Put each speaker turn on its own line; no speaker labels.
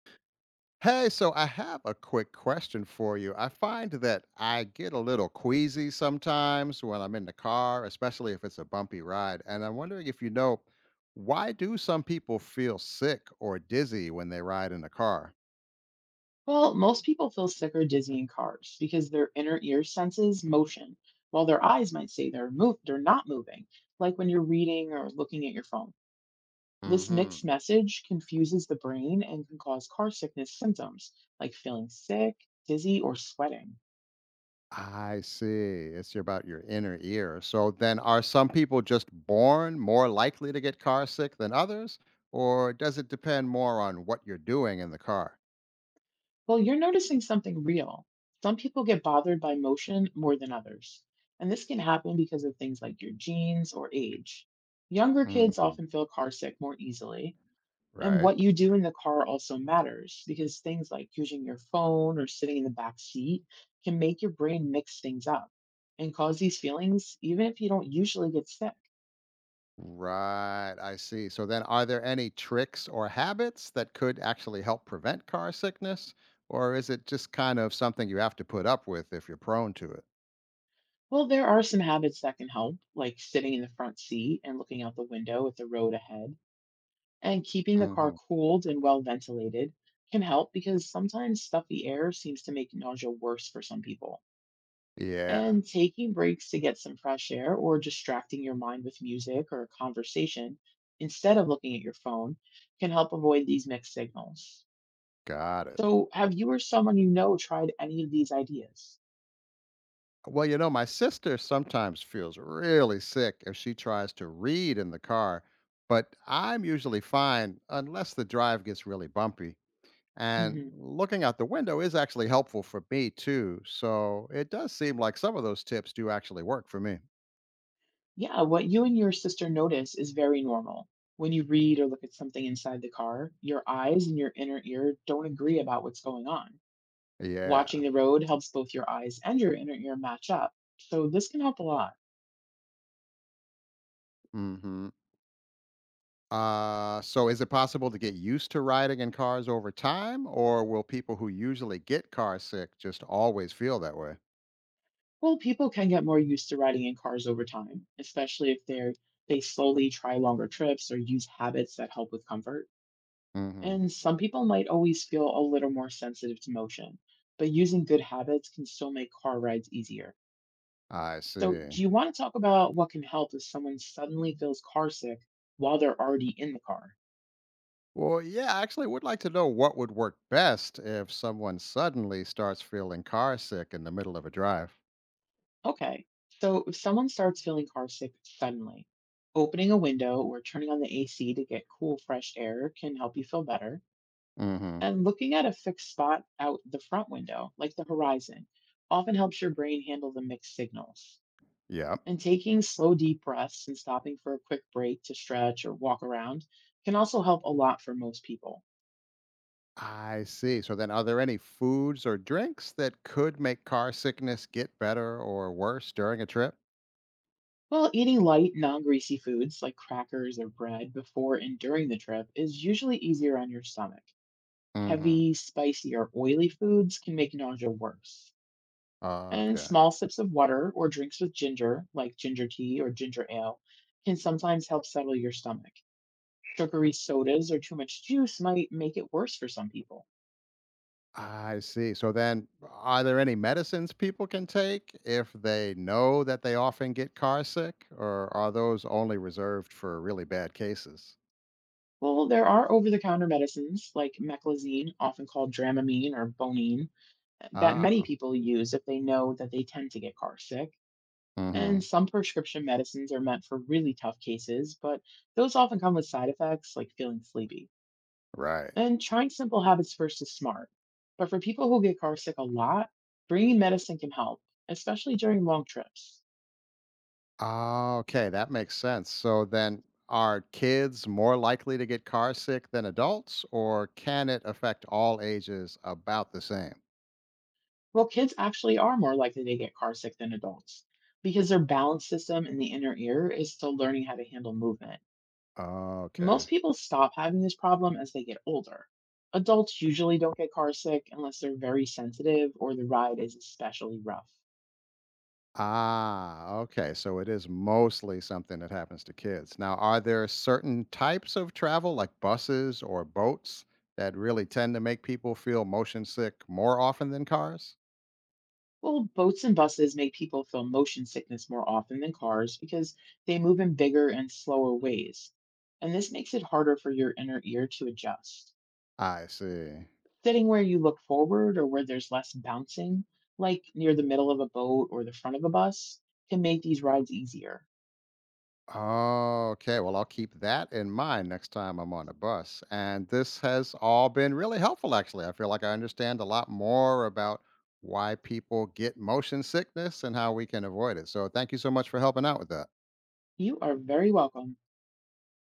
Hey, so I have a quick question for you. I find that I get a little queasy sometimes when I'm in the car, especially if it's a bumpy ride. And I'm wondering if you know why do some people feel sick or dizzy when they ride in the car?
Well, most people feel sick or dizzy in cars because their inner ear senses motion, while their eyes might say they're not moving, like when you're reading or looking at your phone. This
Hmm.
mixed message confuses the brain and can cause car sickness symptoms like feeling sick, dizzy, or sweating.
I see. It's about your inner ear. So then are some people just born more likely to get car sick than others? Or does it depend more on what you're doing in the car?
Well, you're noticing something real. Some people get bothered by motion more than others, and this can happen because of things like your genes or age. Younger kids
Hmm.
often feel car sick more easily. And
Right.
what you do in the car also matters because things like using your phone or sitting in the back seat can make your brain mix things up and cause these feelings, even if you don't usually get sick.
Right, I see. So then are there any tricks or habits that could actually help prevent car sickness? Or is it just kind of something you have to put up with if you're prone to it?
Well, there are some habits that can help, like sitting in the front seat and looking out the window at the road ahead. And keeping the car
Hmm.
cooled and well ventilated can help because sometimes stuffy air seems to make nausea worse for some people.
Yeah,
And taking breaks to get some fresh air or distracting your mind with music or a conversation instead of looking at your phone can help avoid these mixed signals.
got it.
So, have you or someone you know tried any of these ideas?
Well, my sister sometimes feels really sick if she tries to read in the car, but I'm usually fine unless the drive gets really bumpy. And
Hmm.
looking out the window is actually helpful for me too. So it does seem like some of those tips do actually work for me.
Yeah, what you and your sister notice is very normal. When you read or look at something inside the car, your eyes and your inner ear don't agree about what's going on.
Yeah.
Watching the road helps both your eyes and your inner ear match up. So, this can help a lot.
Mhm. So is it possible to get used to riding in cars over time, or will people who usually get car sick just always feel that way?
Well, people can get more used to riding in cars over time, especially if they slowly try longer trips or use habits that help with comfort.
Mhm.
And some people might always feel a little more sensitive to motion, but using good habits can still make car rides easier.
I
So,
see.
do you want to talk about what can help if someone suddenly feels car sick while they're already in the car?
Well, yeah, I actually would like to know what would work best if someone suddenly starts feeling car sick in the middle of a drive.
Okay. So, if someone starts feeling car sick suddenly, opening a window or turning on the AC to get cool, fresh air can help you feel better.
Mhm.
And looking at a fixed spot out the front window, like the horizon, often helps your brain handle the mixed signals.
Yep.
And taking slow, deep breaths and stopping for a quick break to stretch or walk around can also help a lot for most people.
I see. So then are there any foods or drinks that could make car sickness get better or worse during a trip?
Well, eating light, non greasy foods like crackers or bread before and during the trip is usually easier on your stomach.
Mhm.
Heavy, spicy, or oily foods can make nausea worse. And
Okay.
small sips of water or drinks with ginger, like ginger tea or ginger ale, can sometimes help settle your stomach. Sugary sodas or too much juice might make it worse for some people.
I see. So then, are there any medicines people can take if they know that they often get car sick, or are those only reserved for really bad cases?
Well, there are over the counter medicines like meclizine, often called dramamine or bonine, that many
Ah.
people use if they know that they tend to get car sick. And
Hmm.
some prescription medicines are meant for really tough cases, but those often come with side effects like feeling sleepy.
Right.
And trying simple habits first is smart. But for people who get car sick a lot, bringing medicine can help, especially during long trips.
Ah, okay, that makes sense. So then, are kids more likely to get car sick than adults, or can it affect all ages about the same?
Well, kids actually are more likely to get car sick than adults because their balance system in the inner ear is still learning how to handle movement. Most
Okay.
people stop having this problem as they get older. Adults usually don't get car sick unless they're very sensitive or the ride is especially rough.
Ah, okay. So it is mostly something that happens to kids. Now, are there certain types of travel, like buses or boats, that really tend to make people feel motion sick more often than cars?
Well, boats and buses make people feel motion sickness more often than cars because they move in bigger and slower ways. And this makes it harder for your inner ear to adjust.
I see.
Sitting where you look forward or where there's less bouncing, like near the middle of a boat or the front of a bus, can make these rides easier.
Okay, well, I'll keep that in mind next time I'm on a bus. And this has all been really helpful, actually. I feel like I understand a lot more about why people get motion sickness and how we can avoid it. So, thank you so much for helping out with that.
You are very welcome.